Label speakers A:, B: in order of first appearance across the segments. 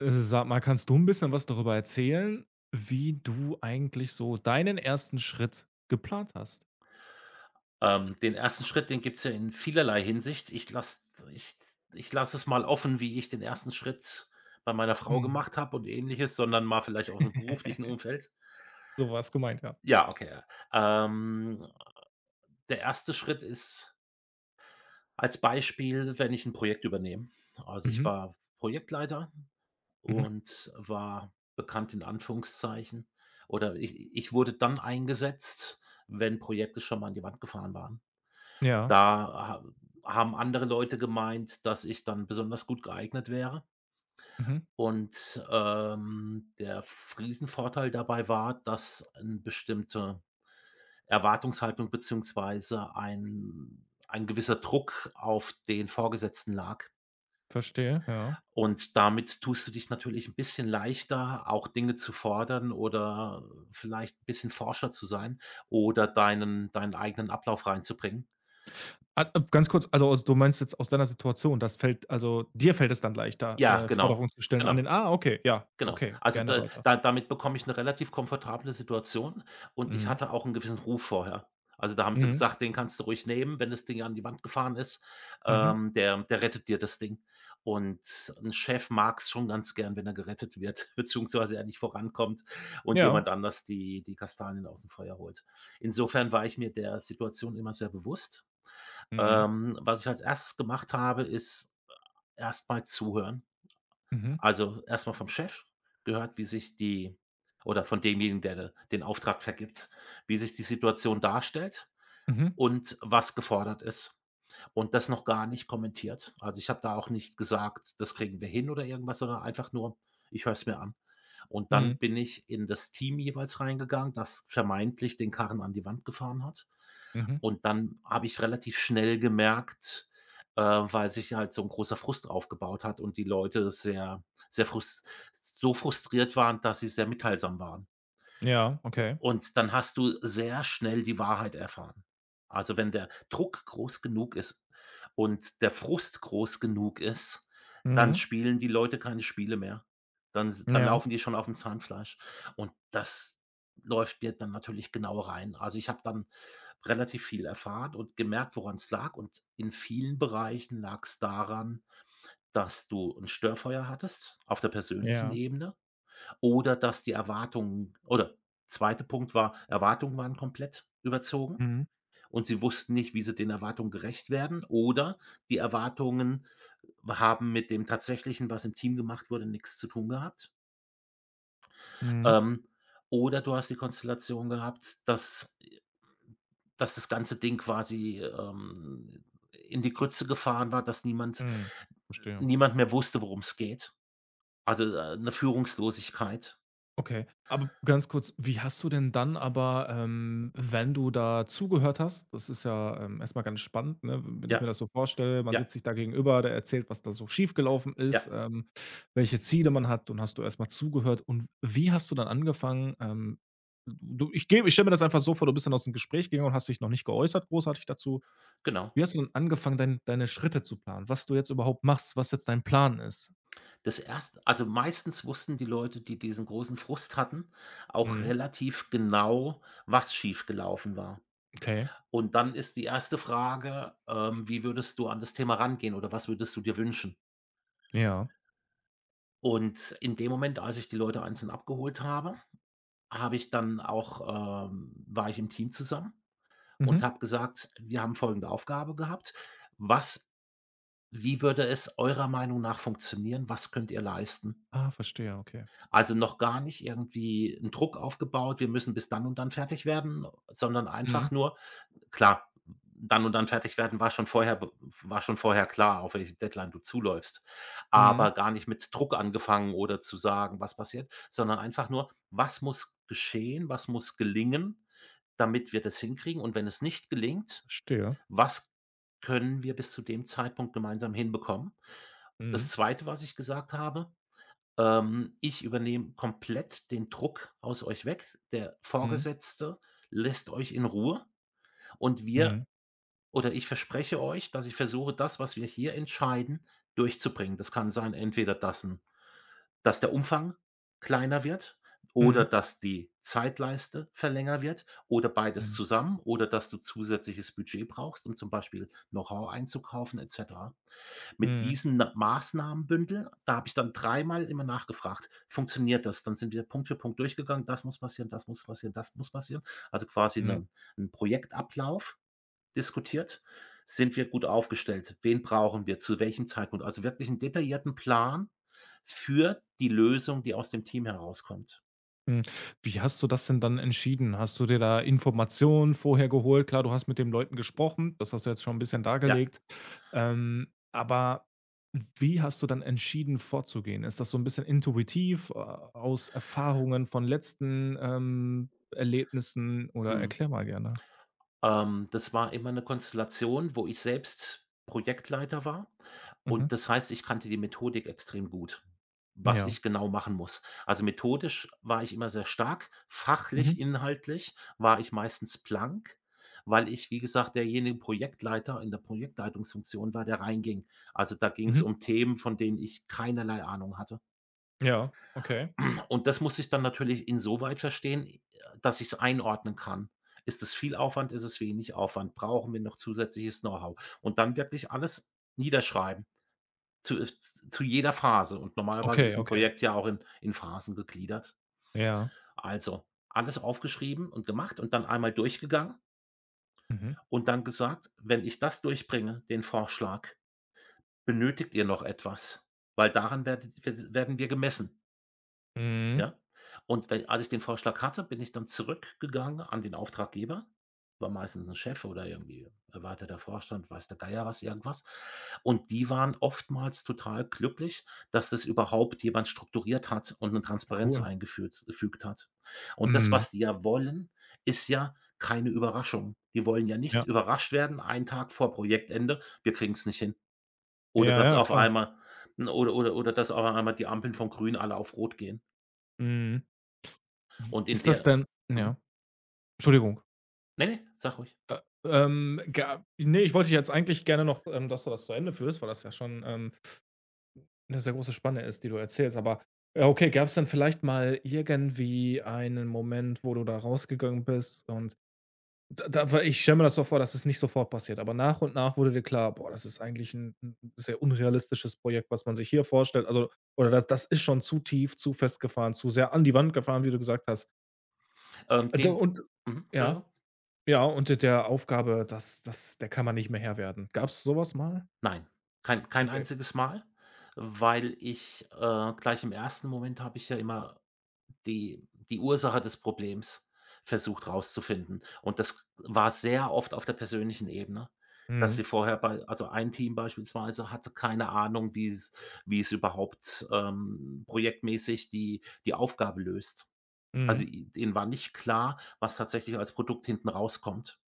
A: Sag mal, kannst du ein bisschen was darüber erzählen, wie du eigentlich so deinen ersten Schritt geplant hast?
B: Den ersten Schritt, den gibt's ja in vielerlei Hinsicht. Ich ich lasse es mal offen, wie ich den ersten Schritt bei meiner Frau
A: Mhm.
B: gemacht habe und Ähnliches, sondern mal vielleicht aus'm beruflichen Umfeld.
A: So war's gemeint, ja.
B: Ja, okay. Ähm, der erste Schritt ist als Beispiel, wenn ich ein Projekt übernehme. Also, ich
A: Mhm,
B: war Projektleiter
A: mhm.
B: und war bekannt in Anführungszeichen oder ich wurde dann eingesetzt, wenn Projekte schon mal an die Wand gefahren waren.
A: Ja,
B: Da ha Haben andere Leute gemeint, dass ich dann besonders gut geeignet wäre.
A: mhm.
B: Und, der f Riesenvorteil dabei war, dass 'n bestimmte Erwartungshaltung beziehungsweise ein gewisser Druck auf den Vorgesetzten lag.
A: Verstehe, ja.
B: Und damit tust du dich natürlich 'n bisschen leichter, auch Dinge zu fordern oder vielleicht 'n bisschen forscher zu sein oder deinen eigenen Ablauf reinzubringen.
A: Ganz kurz, also, aus du meinst jetzt aus deiner Situation, dir fällt es dann leichter,
B: Ja, genau,
A: Forderungen zu stellen an
B: genau.
A: den okay, ja,
B: Genau.
A: okay,
B: Also,
A: gerne
B: da
A: weiter.
B: da damit bekomme ich eine relativ komfortable Situation und ich
A: Mhm,
B: hatte auch einen gewissen Ruf vorher. Also, da haben sie
A: mhm,
B: gesagt: „Den kannst du ruhig nehmen, wenn das Ding an die Wand gefahren ist,
A: mhm.
B: der rettet dir das Ding.“ Und ein Chef mag es schon ganz gern, wenn er gerettet wird, beziehungsweise er nicht vorankommt und
A: Ja.
B: jemand anders die Kastanien aus dem Feuer holt. Insofern war ich mir der Situation immer sehr bewusst.
A: Mhm,
B: Was ich als erstes gemacht habe, ist erstmal zuhören.
A: mhm,
B: Also, erstmal vom Chef gehört, wie sich die oder von demjenigen, der de den Auftrag vergibt, wie sich die Situation darstellt
A: mhm,
B: und was gefordert ist. Und das noch gar nicht kommentiert. Also, ich habe da auch nicht gesagt: „Das kriegen wir hin“ oder irgendwas, sondern einfach nur: „Ich höre es mir an.“ Und
A: mhm,
B: dann bin ich in das Team jeweils reingegangen, das vermeintlich den Karren an die Wand gefahren hat.
A: mhm.
B: Und dann habe ich relativ schnell gemerkt, weil sich halt so ein großer Frust aufgebaut hat und die Leute sehr, sehr frust so frustriert waren, dass sie sehr mitteilsam waren
A: Ja, okay.
B: und dann hast du sehr schnell die Wahrheit erfahren. Also, wenn der Druck groß genug ist und der Frust groß genug ist, dann
A: Mhm.
B: spielen die Leute keine Spiele mehr. Dann
A: Ja,
B: laufen die schon auf dem Zahnfleisch und das läuft dir dann natürlich genau rein. Also, ich habe dann relativ viel erfahren und gemerkt, woran es lag, und in vielen Bereichen lag es daran, dass du ein Störfeuer hattest auf der persönlichen
A: ja.
B: Ebene. Oder dass die Erwartungen oder zweiter Punkt war, Erwartungen waren komplett überzogen
A: Mhm,
B: und sie wussten nicht, wie sie den Erwartungen gerecht werden, oder die Erwartungen haben mit dem Tatsächlichen, was im Team gemacht wurde, nichts zu tun gehabt.
A: mhm.
B: Ähm, oder du hast die Konstellation gehabt, dass das ganze Ding quasi, in die Grütze gefahren war, dass niemand
A: Mhm, verstehe.
B: niemand mehr wusste, worum es geht. Also, 'ne Führungslosigkeit.
A: Okay, aber ganz kurz, wie hast du denn dann aber, wenn du da zugehört hast, das ist ja, erst ganz spannend, ne? Wenn ich mir
B: Ja,
A: das so vorstelle, man
B: ja,
A: sitzt sich da gegenüber, der erzählt, was da so schiefgelaufen ist,
B: ja,
A: welche Ziele man hat, und hast du erstmal zugehört und wie hast du dann angefangen? Ähm, du ich gebe ich stelle mir das einfach so vor, du bist dann aus dem Gespräch gegangen und hast dich noch nicht geäußert großartig dazu.
B: genau.
A: Wie hast du dann angefangen, deine Schritte zu planen? Was du jetzt überhaupt machst, was jetzt dein Plan ist?
B: Das erst Also, meistens wussten die Leute, die diesen großen Frust hatten, auch
A: Mhm,
B: relativ genau, was schiefgelaufen war.
A: okay,
B: Und dann ist die erste Frage, „Wie würdest du an das Thema rangehen oder was würdest du dir wünschen?“
A: ja.
B: Und in dem Moment, als ich die Leute einzeln abgeholt habe, habe ich dann auch war ich im Team zusammen und
A: Mhm.
B: habe gesagt: „Wir haben folgende Aufgabe gehabt. Was Wie würde es eurer Meinung nach funktionieren? Was könnt ihr leisten?“
A: Ah, verstehe, okay.
B: Also, noch gar nicht irgendwie 'n Druck aufgebaut, wir müssen bis dann und dann fertig werden, sondern einfach
A: Mhm.
B: nur klar, dann und dann fertig werden war schon vorher klar, auf welche Deadline du zuläufst,
A: Mhm.
B: aber gar nicht mit Druck angefangen oder zu sagen, was passiert, sondern einfach nur: „Was muss geschehen? Was muss gelingen, damit wir das hinkriegen? Und wenn es nicht gelingt,
A: Verstehe.
B: was können wir bis zu dem Zeitpunkt gemeinsam hinbekommen?“
A: Mhm.
B: Das Zweite, was ich gesagt habe ich übernehme komplett den Druck aus euch weg. Der
A: Mhm.
B: Vorgesetzte lässt euch in Ruhe, und wir
A: Mhm.
B: oder ich verspreche euch, dass ich versuche, das, was wir hier entscheiden, durchzubringen. Das kann sein, entweder dass der Umfang kleiner wird oder
A: Mhm.
B: dass die Zeitleiste verlängert wird oder beides
A: Mhm.
B: zusammen oder dass du zusätzliches Budget brauchst, um zum Beispiel Know-how einzukaufen et cetera. Mit
A: Mhm.
B: diesen Na Maßnahmenbündel, da habe ich dann dreimal immer nachgefragt: „Funktioniert das?“ Dann sind wir Punkt für Punkt durchgegangen: „Das muss passieren, das muss passieren, das muss passieren.“ Also, quasi
A: Mhm.
B: ne, einen 'n Projektablauf diskutiert. Sind wir gut aufgestellt? Wen brauchen wir? Zu welchem Zeitpunkt? Also, wirklich einen detaillierten Plan für die Lösung, die aus dem Team herauskommt.
A: Mhm. Wie hast du das denn dann entschieden? Hast du dir da Informationen vorher geholt? Klar, du hast mit den Leuten gesprochen, das hast du jetzt schon ein bisschen
B: Ja,
A: dargelegt. Aber wie hast du dann entschieden vorzugehen? Ist das so ein bisschen intuitiv, aus Erfahrungen von letzten, Erlebnissen, oder
B: mhm.
A: erklär mal gerne.
B: Das war immer eine Konstellation, wo ich selbst Projektleiter war.
A: Mhm.
B: Und das heißt, ich kannte die Methodik extrem gut, was
A: Ja.
B: ich genau machen muss. Also, methodisch war ich immer sehr stark,
A: Mhm.
B: fachlich, inhaltlich war ich meistens blank, weil ich, wie gesagt, derjenige Projektleiter in der Projektleitungsfunktion war, der reinging. Also, da ging es
A: Mhm.
B: um Themen, von denen ich keinerlei Ahnung hatte.
A: Ja. Okay.
B: Und das muss ich dann natürlich insoweit verstehen, dass ich es einordnen kann. Ist es viel Aufwand? Ist es wenig Aufwand? Brauchen wir noch zusätzliches Know-how? Und dann wirklich alles niederschreiben. Zu äh, zu jeder Phase, und normalerweise
A: Okay,
B: ist ein
A: okay.
B: Projekt ja auch in Phasen gegliedert.
A: Ja.
B: Also, alles aufgeschrieben und gemacht und dann einmal durchgegangen
A: Mhm.
B: und dann gesagt: „Wenn ich das durchbringe, den Vorschlag, benötigt ihr noch etwas? Weil daran werdet werden wir gemessen.“
A: Mhm.
B: Ja. Und we Als ich den Vorschlag hatte, bin ich dann zurückgegangen an den Auftraggeber, war meistens ein Chef oder irgendwie erweiterter Vorstand, weiß der Geier was, irgendwas. Und die waren oftmals total glücklich, dass das überhaupt jemand strukturiert hat und eine Transparenz
A: Cool.
B: eingeführt gefügt hat. Und das,
A: Mhm.
B: was die ja wollen, ist ja keine Überraschung. Die wollen ja nicht
A: Ja.
B: überrascht werden, einen Tag vor Projektende: „Wir kriegen's nicht hin.“ Oder
A: Ja,
B: dass
A: ja,
B: auf
A: klar.
B: einmal oder dass auf einmal die Ampeln von grün alle auf rot gehen.
A: Mhm.
B: Und in
A: Ist das
B: der
A: denn ja,
B: mhm.
A: Entschuldigung.
B: Ne, ne, sag ruhig.
A: Äh, ga ne, ich wollte dich jetzt eigentlich gerne noch, dass du das zu Ende führst, weil das ja schon, 'ne sehr große Spanne ist, die du erzählst. Aber ja, okay, gab's denn vielleicht mal irgendwie einen Moment, wo du da rausgegangen bist und da war ich, stelle mir das so vor, dass es nicht sofort passiert, aber nach und nach wurde dir klar: „Boah, das ist eigentlich ein 'n sehr unrealistisches Projekt, was man sich hier vorstellt.“ Also, oder das ist schon zu tief, zu festgefahren, zu sehr an die Wand gefahren, wie du gesagt hast.
B: Ähm,
A: Da
B: den
A: und
B: mhm,
A: ja,
B: Entschuldigung.
A: ja, und d der Aufgabe, das der kann man nicht mehr Herr werden. Gab's so was mal?
B: Nein, kein
A: Okay.
B: einziges Mal, weil ich, gleich im ersten Moment habe ich ja immer die Ursache des Problems versucht rauszufinden. Und das war sehr oft auf der persönlichen Ebene, dass
A: Mhm.
B: sie vorher bei also ein Team beispielsweise hatte keine Ahnung, wie es überhaupt, projektmäßig die Aufgabe löst. Also,
A: Mhm.
B: i denen war nicht klar, was tatsächlich als Produkt hinten rauskommt.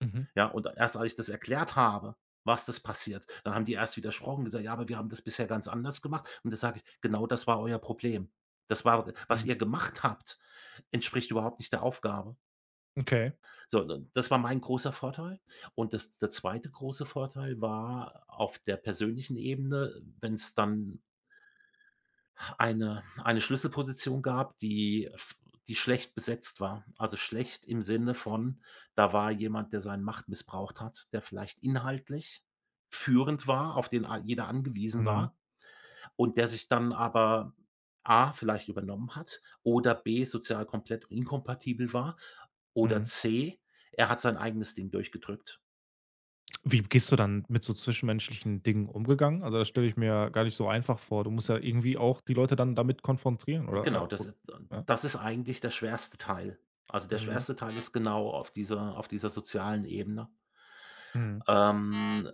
A: Mhm.
B: Ja, und erst als ich das erklärt habe, was das passiert, dann haben die erst widersprochen und gesagt: „Ja, aber wir haben das bisher ganz anders gemacht.“ Und da sage ich: „Genau das war euer Problem. Das war was
A: Mhm.
B: ihr gemacht habt, entspricht überhaupt nicht der Aufgabe.“
A: Okay.
B: So, d das war mein großer Vorteil. Und das der zweite große Vorteil war auf der persönlichen Ebene, wenn es dann eine Schlüsselposition gab, die schlecht besetzt war. Also, schlecht im Sinne von, da war jemand, der seine Macht missbraucht hat, der vielleicht inhaltlich führend war, auf den a jeder angewiesen
A: Mhm.
B: war und der sich dann aber A, vielleicht übernommen hat oder B, sozial komplett inkompatibel war oder
A: Mhm.
B: C, er hat sein eigenes Ding durchgedrückt.
A: Wie gehst du dann mit so zwischenmenschlichen Dingen umgegangen? Also, das stelle ich mir gar nicht so einfach vor. Du musst ja irgendwie auch die Leute dann damit konfrontieren oder,
B: Genau,
A: ja?
B: das ist eigentlich der schwerste Teil. Also, der
A: Mhm,
B: schwerste Teil ist genau auf dieser sozialen Ebene.
A: mhm.
B: Ähm,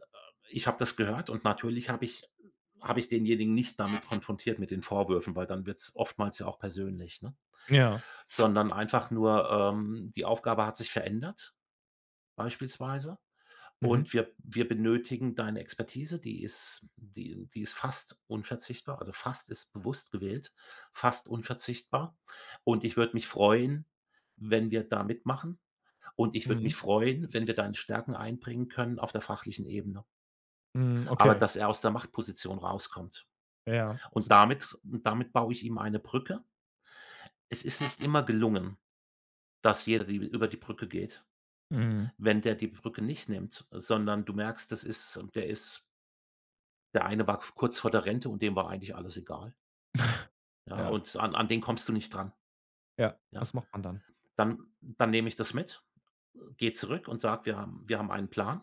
B: ich habe das gehört und natürlich habe ich denjenigen nicht damit konfrontiert mit den Vorwürfen, weil dann wird's oftmals ja auch persönlich, ne?
A: Ja.
B: Sondern einfach nur, die Aufgabe hat sich verändert beispielsweise,
A: Mhm.
B: und wir benötigen deine Expertise, die ist fast unverzichtbar. Also, fast ist bewusst gewählt, fast unverzichtbar, und ich würde mich freuen, wenn wir da mitmachen, und ich würde
A: Mhm.
B: mich freuen, wenn wir deine Stärken einbringen können auf der fachlichen Ebene,
A: Mhm,
B: aber
A: okay.
B: dass er aus der Machtposition rauskommt.
A: Ja, ja. Also
B: Und damit baue ich ihm eine Brücke. Es ist nicht immer gelungen, dass jeder die über die Brücke geht.
A: mhm.
B: Wenn der die Brücke nicht nimmt, sondern du merkst, das ist der eine war kurz vor der Rente und dem war eigentlich alles egal. Ja,
A: Ja,
B: und an den kommst du nicht dran,
A: ja.
B: ja?
A: Was macht man dann?
B: Dann nehme ich das mit, gehe zurück und sage: Wir haben einen Plan.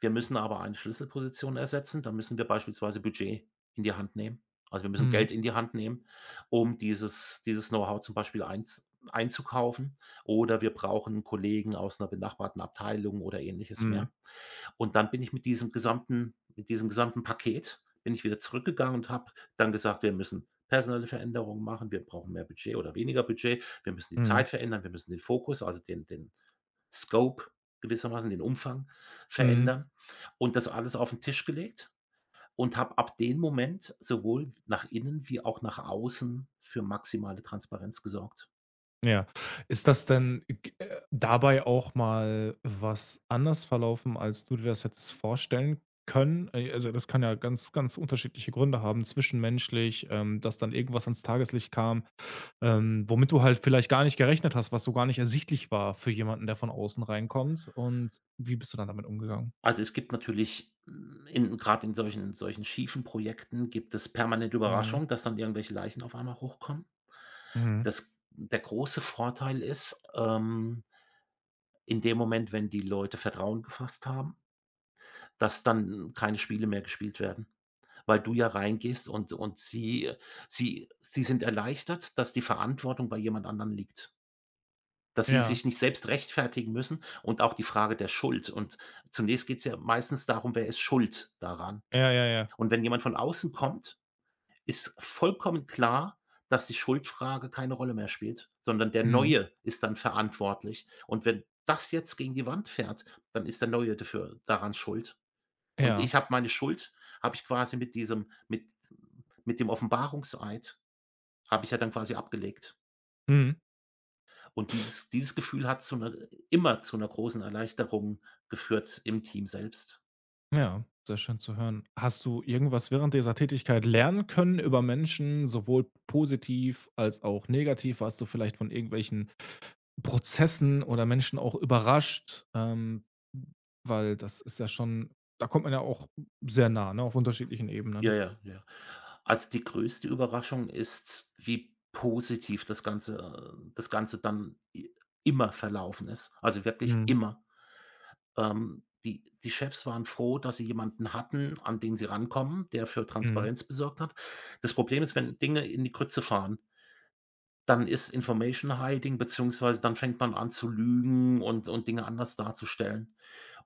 B: Wir müssen aber eine Schlüsselposition ersetzen. Da müssen wir beispielsweise Budget in die Hand nehmen. Also, wir müssen
A: Mhm.
B: Geld in die Hand nehmen, um dieses Know-how zum Beispiel einzukaufen, oder wir brauchen 'n Kollegen aus einer benachbarten Abteilung oder Ähnliches
A: Mhm.
B: mehr.“ Und dann bin ich mit diesem gesamten Paket bin ich wieder zurückgegangen und habe dann gesagt: „Wir müssen personelle Veränderungen machen. Wir brauchen mehr Budget oder weniger Budget. Wir müssen die
A: Mhm.
B: Zeit verändern. Wir müssen den Fokus, also den Scope gewissermaßen, den Umfang
A: Mhm.
B: verändern.“ Und das alles auf den Tisch gelegt und habe ab dem Moment sowohl nach innen wie auch nach außen für maximale Transparenz gesorgt.
A: Ja. Ist das denn g dabei auch mal was anders verlaufen, als du dir das hättest vorstellen können? Also, das kann ja ganz, ganz unterschiedliche Gründe haben, zwischenmenschlich, dass dann irgendwas ans Tageslicht kam, womit du halt vielleicht gar nicht gerechnet hast, was so gar nicht ersichtlich war für jemanden, der von außen reinkommt. Und wie bist du dann damit umgegangen?
B: Also, es gibt natürlich hm, in gerade in solchen schiefen Projekten gibt es permanent
A: Mhm.
B: Überraschungen, dass dann irgendwelche Leichen auf einmal hochkommen.
A: Mhm.
B: Das Der große Vorteil ist, in dem Moment, wenn die Leute Vertrauen gefasst haben, dass dann keine Spiele mehr gespielt werden, weil du ja reingehst, und sie sind erleichtert, dass die Verantwortung bei jemand anderem liegt, dass sie
A: Ja.
B: sich nicht selbst rechtfertigen müssen, und auch die Frage der Schuld. Und zunächst geht es ja meistens darum, wer ist schuld daran?
A: Ja, ja, ja.
B: Und wenn jemand von außen kommt, ist vollkommen klar, dass die Schuldfrage keine Rolle mehr spielt, sondern der
A: Mhm.
B: Neue ist dann verantwortlich. Und wenn das jetzt gegen die Wand fährt, dann ist der Neue dafür daran schuld. Und
A: Ja.
B: ich habe meine Schuld habe ich quasi mit diesem mit dem Offenbarungseid habe ich ja dann quasi abgelegt.
A: Mhm.
B: Und dieses Gefühl hat zu einer immer zu einer großen Erleichterung geführt im Team selbst.
A: Ja, sehr schön zu hören. Hast du irgendwas während dieser Tätigkeit lernen können über Menschen, sowohl positiv als auch negativ? Warst du vielleicht von irgendwelchen Prozessen oder Menschen auch überrascht? Weil das ist ja schon, da kommt man ja auch sehr nah, ne, auf unterschiedlichen
B: Ja,
A: Ebenen.
B: ja, ja. Also, die größte Überraschung ist, wie positiv das Ganze dann i immer verlaufen ist. Also, wirklich
A: Mhm.
B: immer. Die Chefs waren froh, dass sie jemanden hatten, an den sie rankommen, der für
A: Mhm.
B: Transparenz besorgt hat. Das Problem ist, wenn Dinge in die Grütze fahren, dann ist Information Hiding beziehungsweise dann fängt man an zu lügen und Dinge anders darzustellen.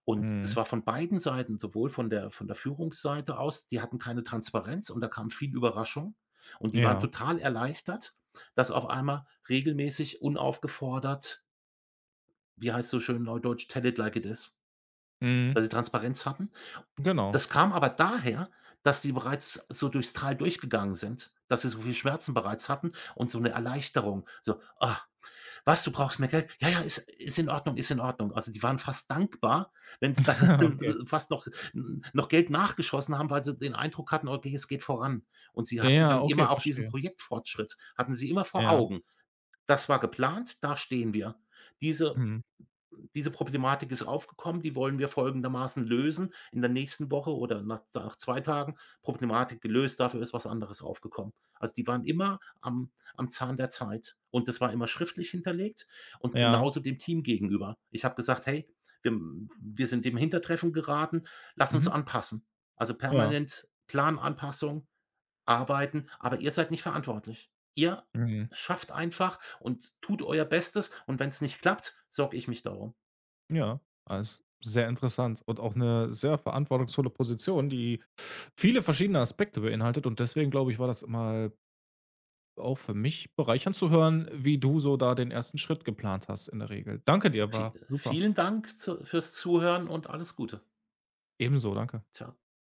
B: Und das
A: Mhm.
B: war von beiden Seiten, sowohl von der Führungsseite aus, die hatten keine Transparenz und da kam viel Überraschung, und die waren
A: Ja.
B: total erleichtert, dass auf einmal regelmäßig unaufgefordert, wie heißt so schön neudeutsch, „Tell it like it is“,
A: Mhm.
B: weil sie Transparenz hatten.
A: Genau.
B: Das kam aber daher, dass sie bereits so durchs Tal durchgegangen sind, dass sie so viel Schmerzen bereits hatten und so eine Erleichterung, so: „Ah, was, du brauchst mehr Geld? Ja, ja, ist ist in Ordnung, ist in Ordnung.“ Also, die waren fast dankbar, wenn sie dann
A: Okay.
B: fast noch noch Geld nachgeschossen haben, weil sie den Eindruck hatten: „Okay, es geht voran.“ Und sie hatten
A: Ja,
B: dann
A: okay,
B: immer auch diesen
A: verstehe.
B: Projektfortschritt hatten sie immer vor
A: Ja.
B: Augen. Das war geplant, da stehen wir. Diese
A: Mhm.
B: diese Problematik ist aufgekommen, die wollen wir folgendermaßen lösen in der nächsten Woche oder nach nach 2 Tagen Problematik gelöst, dafür ist was anderes aufgekommen. Also, die waren immer am Zahn der Zeit, und das war immer schriftlich hinterlegt und
A: Ja.
B: genauso dem Team gegenüber. Ich habe gesagt: „Hey, wir wir sind dem Hintertreffen geraten, lass uns
A: Mhm.
B: anpassen.“ Also,
A: Ja.
B: permanent Plananpassung, arbeiten, aber ihr seid nicht verantwortlich. Ihr
A: Mhm.
B: schafft einfach und tut euer Bestes, und wenn es nicht klappt, sorge ich mich darum.
A: Ja, ah, ist sehr interessant und auch eine sehr verantwortungsvolle Position, die viele verschiedene Aspekte beinhaltet, und deswegen, glaube ich, war das mal auch für mich bereichernd zu hören, wie du so da den ersten Schritt geplant hast in der Regel. Danke dir,
B: Vi
A: war super.
B: Vielen Dank zu fürs Zuhören und alles Gute.
A: Ebenso, danke.
B: Tschau.